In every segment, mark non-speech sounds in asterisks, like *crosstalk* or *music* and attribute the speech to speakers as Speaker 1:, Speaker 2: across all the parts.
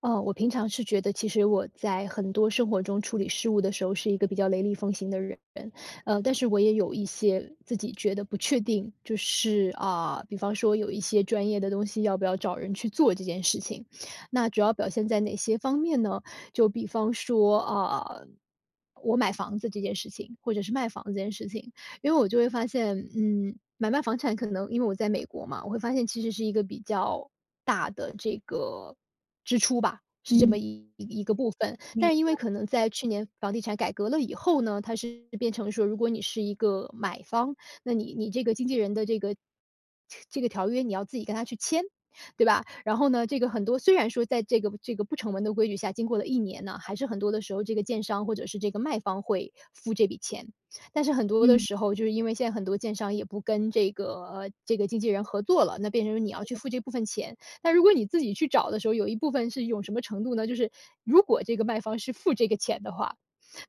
Speaker 1: 哦，我平常是觉得其实我在很多生活中处理事务的时候是一个比较雷厉风行的人，但是我也有一些自己觉得不确定，就是啊，比方说有一些专业的东西要不要找人去做这件事情，那主要表现在哪些方面呢？就比方说啊，我买房子这件事情，或者是卖房子这件事情，因为我就会发现，嗯，买卖房产可能因为我在美国嘛，我会发现其实是一个比较大的这个支出吧，是这
Speaker 2: 嗯，
Speaker 1: 么一个部分。
Speaker 2: 明
Speaker 1: 但是因为可能在去年房地产改革了以后呢，它是变成说，如果你是一个买方，那你这个经纪人的这个条约你要自己跟他去签，对吧？然后呢，这个很多虽然说在这个不成文的规矩下，经过了一年呢，还是很多的时候，这个建商或者是这个卖方会付这笔钱。但是很多的
Speaker 2: 嗯，
Speaker 1: 时候，就是因为现在很多建商也不跟这个这个经纪人合作了，那变成你要去付这部分钱，但如果你自己去找的时候，有一部分是一种什么程度呢？就是如果这个卖方是付这个钱的话，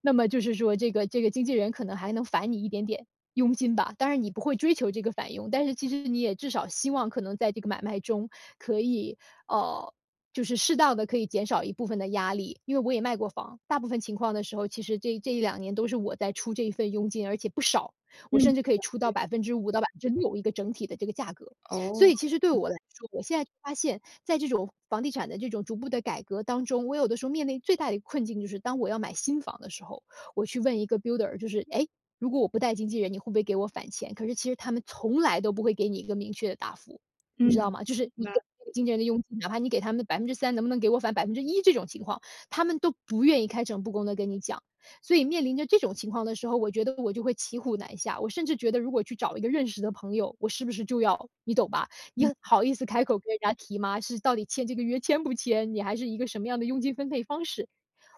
Speaker 1: 那么就是说这个经纪人可能还能返你一点点佣金吧。当然你不会追求这个返佣，但是其实你也至少希望可能在这个买卖中可以呃。就是适当的可以减少一部分的压力，因为我也卖过房，大部分情况的时候，其实这一两年都是我在出这一份佣金，而且不少，我
Speaker 2: 嗯，
Speaker 1: 甚至可以出到5%到百分之六一个整体的这个价格。所
Speaker 2: 哦，
Speaker 1: 以其实对我来说，我现在就发现，在这种房地产的这种逐步的改革当中，我有的时候面临最大的一个困境就是当我要买新房的时候，我去问一个 builder，就是哎诶，如果我不带经纪人，你会不会给我返钱？可是其实他们从来都不会给你一个明确的答复，
Speaker 2: 嗯，
Speaker 1: 你知道
Speaker 2: 明
Speaker 1: 吗？就是你
Speaker 2: 白，
Speaker 1: 给经纪人的佣金，哪怕你给他们3%，能不能给我返1%？这种情况，他们都不愿意开诚布公的跟你讲。所以面临着这种情况的时候，我觉得我就会骑虎难下。我甚至觉得，如果去找一个认识的朋友，我是不是就要你懂吧？
Speaker 2: 嗯，
Speaker 1: 你好意思开口跟人家提吗？是到底签这个约签不签？你还是一个什么样的佣金分配方式？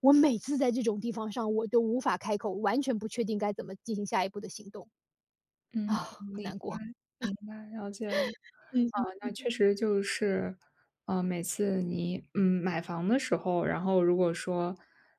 Speaker 1: 我每次在这种地方上，我都无法开口，完全不确定该怎么进行下一步的行动
Speaker 2: 嗯，
Speaker 1: 啊，很
Speaker 2: 明
Speaker 1: 难
Speaker 2: 白，
Speaker 1: 过。
Speaker 2: 明白，了解了。啊，
Speaker 1: 嗯。
Speaker 2: 那确实就是，每次你，嗯，买房的时候，然后如果说，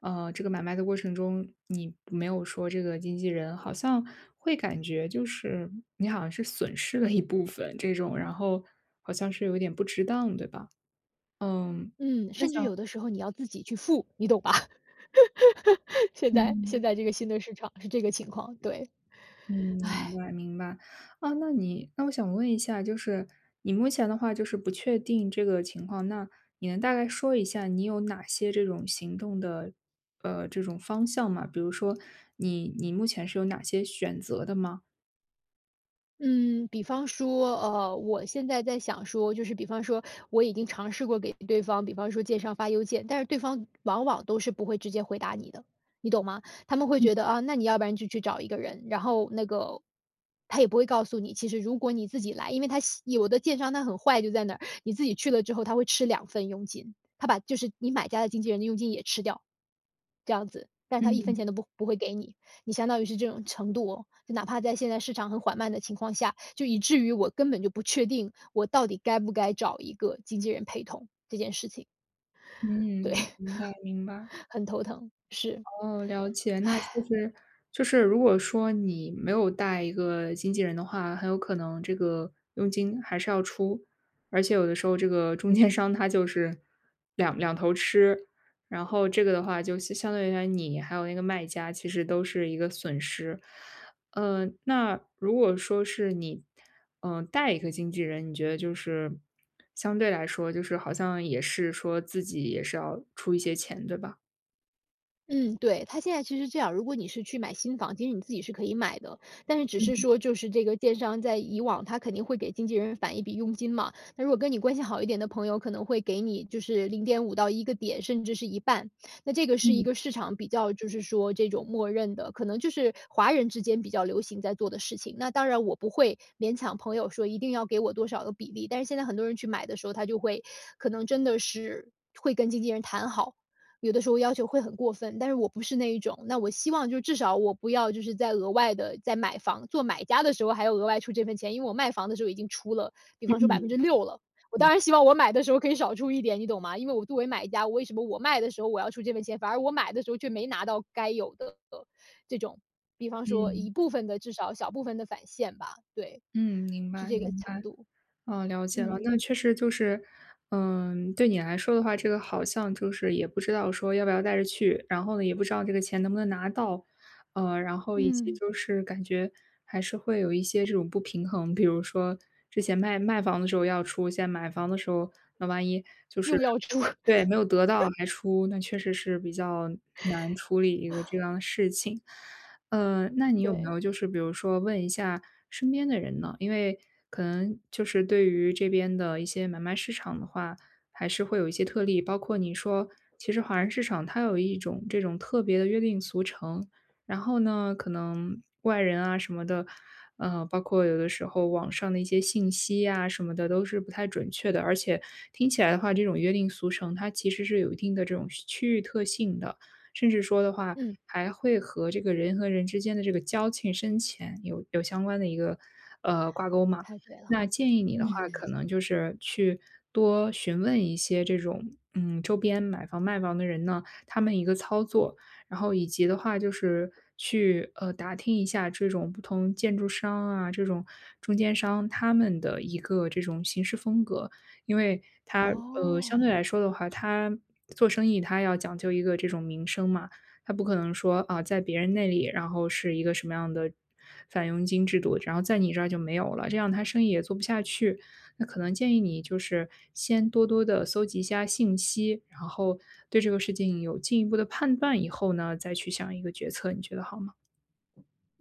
Speaker 2: 这个买卖的过程中，你没有说这个经纪人，好像会感觉就是你好像是损失了一部分这种，然后好像是有点不值当，对吧？嗯，
Speaker 1: 嗯，
Speaker 2: 那
Speaker 1: 甚至
Speaker 2: 想
Speaker 1: 有的时候你要自己去付，你懂吧？*laughs* 现在现
Speaker 2: 嗯。
Speaker 1: 在这个新的市场是这个情况，对。
Speaker 2: 嗯，明白明白。啊，那我想问一下，就是你目前的话就是不确定这个情况，那你能大概说一下你有哪些这种行动的，这种方向吗？比如说你目前是有哪些选择的吗？
Speaker 1: 嗯，比方说，我现在在想说，就是比方说，我已经尝试过给对方，比方说介绍发邮件，但是对方往往都是不会直接回答你的，你懂吗？他们会觉得啊，那你要不然就去找一个人，然后那个他也不会告诉你，其实如果你自己来，因为他喜有的电商他很坏，就在那儿，你自己去了之后，他会吃两份佣金，他把就是你买家的经纪人的佣金也吃掉，这样子，但是他一分钱都不会给你。你相当于是这种程度哦，就哪怕在现在市场很缓慢的情况下，就以至于我根本就不确定我到底该不该找一个经纪人陪同这件事情，对，
Speaker 2: 嗯，明
Speaker 1: *laughs*
Speaker 2: 白明白。
Speaker 1: 很头疼，是。
Speaker 2: 哦，了解。那就是如果说你没有带一个经纪人的话，很有可能这个佣金还是要出，而且有的时候这个中间商他就是两头吃，然后这个的话就相对于来你还有那个卖家其实都是一个损失。那如果说是你，嗯、带一个经纪人，你觉得就是相对来说，就是好像也是说自己也是要出一些钱，对吧？
Speaker 1: 嗯，对，它现在其实这样，如果你是去买新房，其实你自己是可以买的，但是只是
Speaker 2: 嗯
Speaker 1: 说就是这个建商在以往他肯定会给经纪人返一笔佣金嘛，那如果跟你关系好一点的朋友，可能会给你就是0.5到一个点，甚至是一半，那这个是一个
Speaker 2: 嗯
Speaker 1: 市场比较就是说这种默认的，可能就是华人之间比较流行在做的事情。那当然我不会勉强朋友说一定要给我多少的比例，但是现在很多人去买的时候，他就会可能真的是会跟经纪人谈好，有的时候要求会很过分，但是我不是那一种。那我希望就是至少我不要就是在额外的在买房做买家的时候还要额外出这份钱，因为我卖房的时候已经出了，比方说百分之六了。我当然希望我买的时候可以少出一点，你懂吗？因为我作为买家，我为什么我卖的时候我要出这份钱，反而我买的时候却没拿到该有的这种，比方说
Speaker 2: 嗯。
Speaker 1: 一部分的至少小部分的返现吧，对，
Speaker 2: 嗯，明
Speaker 1: 是
Speaker 2: 白
Speaker 1: 这个
Speaker 2: 明白，
Speaker 1: 程度。
Speaker 2: 哦，了解了。
Speaker 1: 嗯，
Speaker 2: 那确实就是，嗯，对你来说的话，这个好像就是也不知道说要不要带着去，然后呢，也不知道这个钱能不能拿到，然后以及
Speaker 1: 嗯，
Speaker 2: 就是感觉还是会有一些这种不平衡，比如说之前卖房的时候要出，现在买房的时候，那万一就是
Speaker 1: 又要出，
Speaker 2: 对
Speaker 1: *laughs*
Speaker 2: 没有得到还出，那确实是比较难处理一个这样的事情。那你有没
Speaker 1: 对，
Speaker 2: 有就是比如说问一下身边的人呢？因为可能就是对于这边的一些买卖市场的话，还是会有一些特例，包括你说，其实华人市场它有一种这种特别的约定俗成，然后呢，可能外人啊什么的，包括有的时候网上的一些信息啊什么的都是不太准确的，而且听起来的话，这种约定俗成它其实是有一定的这种区域特性的。甚至说的话，
Speaker 1: 嗯，
Speaker 2: 还会和这个人和人之间的这个交情深浅有相关的一个挂钩嘛。
Speaker 1: 太对了，
Speaker 2: 那建议你的话，
Speaker 1: 嗯。
Speaker 2: 可能就是去多询问一些这种周边买房卖房的人呢，他们一个操作，然后以及的话就是去打听一下这种不同建筑商啊，这种中间商他们的一个这种行事风格，因为他相对
Speaker 1: 哦，
Speaker 2: 来说的话，他做生意他要讲究一个这种名声嘛，他不可能说啊，在别人那里，然后是一个什么样的返佣金制度，然后在你这儿就没有了，这样他生意也做不下去。那可能建议你就是先多多的搜集一下信息，然后对这个事情有进一步的判断以后呢，再去想一个决策，你觉得好吗？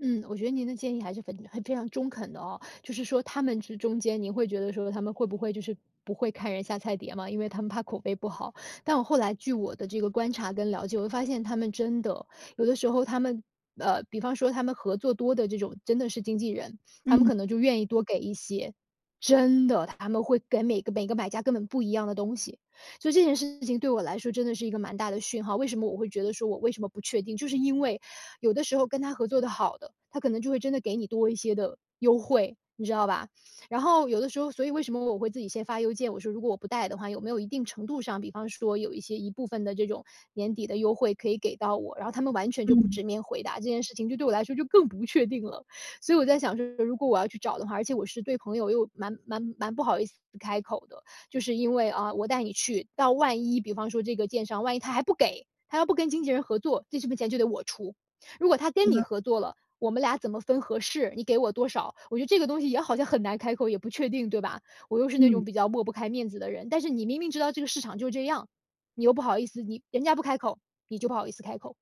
Speaker 1: 嗯，我觉得您的建议还是很非常中肯的哦，就是说他们之中间，您会觉得说他们会不会就是不会看人下菜碟嘛，因为他们怕口碑不好。但我后来据我的这个观察跟了解，我会发现他们真的有的时候他们。比方说他们合作多的这种真的是经纪人，他们
Speaker 2: 嗯
Speaker 1: 可能就愿意多给一些，真的他们会给每个买家根本不一样的东西，所以这件事情对我来说真的是一个蛮大的讯号。为什么我会觉得说我为什么不确定，就是因为有的时候跟他合作的好的，他可能就会真的给你多一些的优惠，你知道吧？然后有的时候，所以为什么我会自己先发邮件，我说如果我不带的话，有没有一定程度上，比方说有一些一部分的这种年底的优惠可以给到我，然后他们完全就不
Speaker 2: 嗯
Speaker 1: 直面回答这件事情，就对我来说就更不确定了。所以我在想说，如果我要去找的话，而且我是对朋友又蛮不好意思开口的，就是因为啊，我带你去，到万一比方说这个建商，万一他还不给，他要不跟经纪人合作，这部分钱就得我出。如果他跟你合作了，我们俩怎么分合适？你给我多少？我觉得这个东西也好像很难开口，也不确定，对吧？我又是那
Speaker 2: 嗯。
Speaker 1: 种比较抹不开面子的人，但是你明明知道这个市场就是这样，你又不好意思，你人家不开口，你就不好意思开口，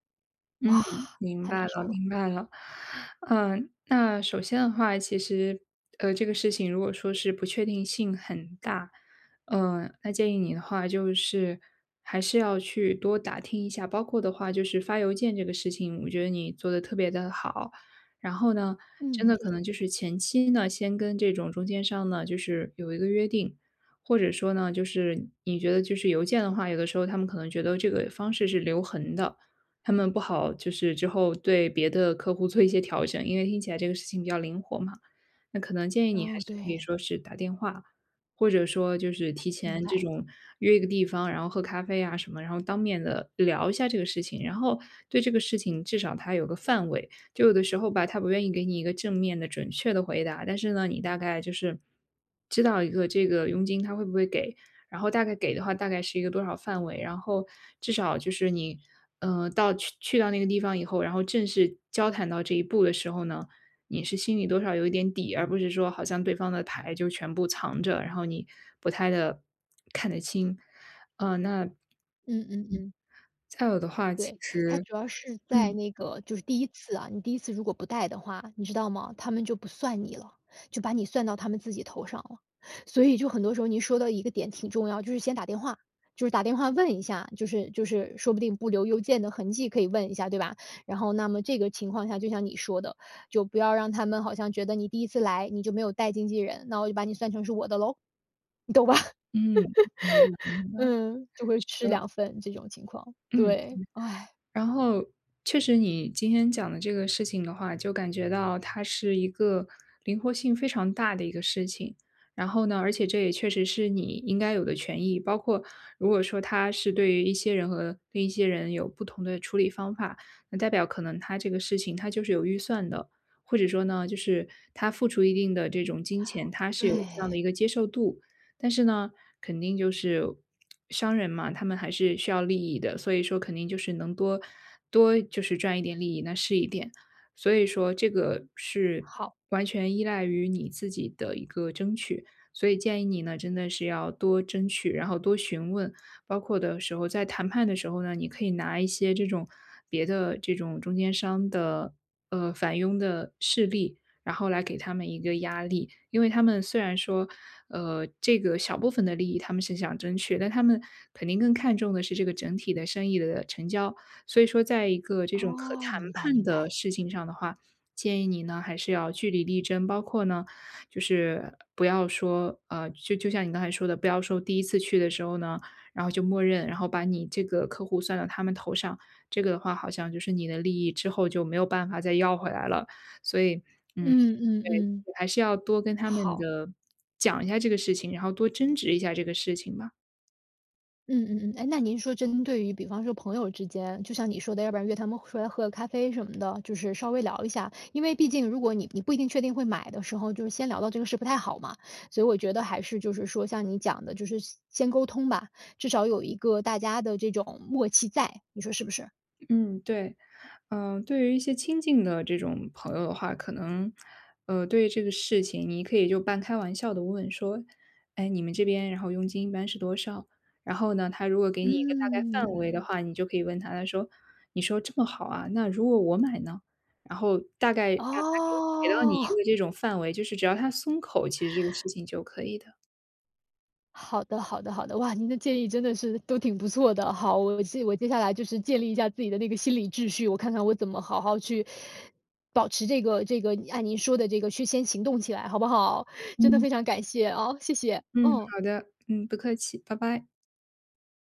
Speaker 1: 哇，
Speaker 2: 嗯，明
Speaker 1: 太
Speaker 2: 白
Speaker 1: 难
Speaker 2: 了，
Speaker 1: 受了。
Speaker 2: 明白了。嗯，那首先的话，其实，这个事情如果说是不确定性很大，嗯，那建议你的话就是还是要去多打听一下，包括的话就是发邮件这个事情，我觉得你做的特别的好。然后呢，真
Speaker 1: 嗯，
Speaker 2: 的
Speaker 1: 谢
Speaker 2: 可能
Speaker 1: 谢。
Speaker 2: 就是前期呢，先跟这种中间商呢，就是有一个约定，或者说呢，就是你觉得就是邮件的话，有的时候他们可能觉得这个方式是留痕的，他们不好就是之后对别的客户做一些调整，因为听起来这个事情比较灵活嘛。那可能建议你还
Speaker 1: 哦，
Speaker 2: 是可以
Speaker 1: 对，
Speaker 2: 说是打电话，或者说就是提
Speaker 1: 明
Speaker 2: 前
Speaker 1: 白，
Speaker 2: 这种约一个地方，然后喝咖啡啊什么，然后当面的聊一下这个事情，然后对这个事情至少它有个范围。就有的时候吧，他不愿意给你一个正面的准确的回答，但是呢，你大概就是知道一个这个佣金他会不会给，然后大概给的话大概是一个多少范围，然后至少就是你，去到那个地方以后，然后正式交谈到这一步的时候呢，你是心里多少有一点底，而不是说好像对方的牌就全部藏着，然后你不太的看得清。那
Speaker 1: 嗯嗯嗯。
Speaker 2: 再有的话，其
Speaker 1: 对，它
Speaker 2: 实
Speaker 1: 主要是在
Speaker 2: 嗯，
Speaker 1: 那个就是第一次啊，你第一次如果不带的话，你知道吗？他们就不算你了，就把你算到他们自己头上了。所以就很多时候您说的一个点挺重要，就是先打电话，就是打电话问一下，就是说不定不留邮件的痕迹可以问一下，对吧？然后那么这个情况下，就像你说的，就不要让他们好像觉得你第一次来，你就没有带经纪人，那我就把你算成是我的喽，你懂吧？*laughs*
Speaker 2: 嗯，嗯明白明白
Speaker 1: 嗯，就会吃两份这种情况，
Speaker 2: 嗯。
Speaker 1: 对，哎，
Speaker 2: 然后确实你今天讲的这个事情的话，就感觉到它是一个灵活性非常大的一个事情。然后呢，而且这也确实是你应该有的权益，包括如果说他是对于一些人和另一些人有不同的处理方法，那代表可能他这个事情他就是有预算的，或者说呢，就是他付出一定的这种金钱，他是有
Speaker 1: 对，
Speaker 2: 这样的一个接受度。但是呢，肯定就是商人嘛，他们还是需要利益的，所以说肯定就是能多就是赚一点利益，那是一点。所以说这个是
Speaker 1: 好。
Speaker 2: 完全依赖于你自己的一个争取，所以建议你呢，真的是要多争取，然后多询问，包括的时候在谈判的时候呢，你可以拿一些这种别的这种中间商的反佣的事例，然后来给他们一个压力。因为他们虽然说，这个小部分的利益他们是想争取，但他们肯定更看重的是这个整体的生意的成交。所以说，在一个这种可
Speaker 1: 哦，
Speaker 2: 谈
Speaker 1: 明白
Speaker 2: 判
Speaker 1: 明
Speaker 2: 的
Speaker 1: 白。
Speaker 2: 事情上的话，建议你呢还是要据理力争，包括呢，就是不要说，就像你刚才说的，不要说第一次去的时候呢，然后就默认，然后把你这个客户算到他们头上，这个的话好像就是你的利益之后就没有办法再要回来了，所以。嗯。
Speaker 1: 嗯嗯
Speaker 2: 对，就
Speaker 1: 嗯。
Speaker 2: 是还是要多跟他们
Speaker 1: 好。
Speaker 2: 的讲一下这个事情，然后多争执一下这个事情吧。
Speaker 1: 嗯嗯嗯。哎，那您说针对于比方说朋友之间，就像你说的，要不然约他们出来喝个咖啡什么的，就是稍微聊一下。因为毕竟如果你不一定确定会买的时候，就是先聊到这个事不太好嘛。所以我觉得还是就是说像你讲的，就是先沟通吧，至少有一个大家的这种默契在，你说是不是？
Speaker 2: 嗯，对，嗯，对于一些亲近的这种朋友的话，可能，对于这个事情，你可以就半开玩笑的问说，哎，你们这边，然后佣金一般是多少？然后呢，他如果给你一个大概范围的
Speaker 1: 嗯。
Speaker 2: 话，你就可以问他，他说，你说这么好啊，那如果我买呢？然后大概让他给到你一
Speaker 1: 哦。
Speaker 2: 个
Speaker 1: *laughs*
Speaker 2: 这种范围，就是只要他松口，其实这个事情就可以的。
Speaker 1: 好的，好的，好的。哇，您的建议真的是都挺不错的。好，我接下来就是建立一下自己的那个心理秩序，我看看我怎么好好去保持这个按您说的这个去先行动起来，好不好？真的
Speaker 2: 嗯。
Speaker 1: 非常感谢啊，谢谢，
Speaker 2: 嗯，
Speaker 1: 嗯。
Speaker 2: 好的，嗯，不客气，拜拜。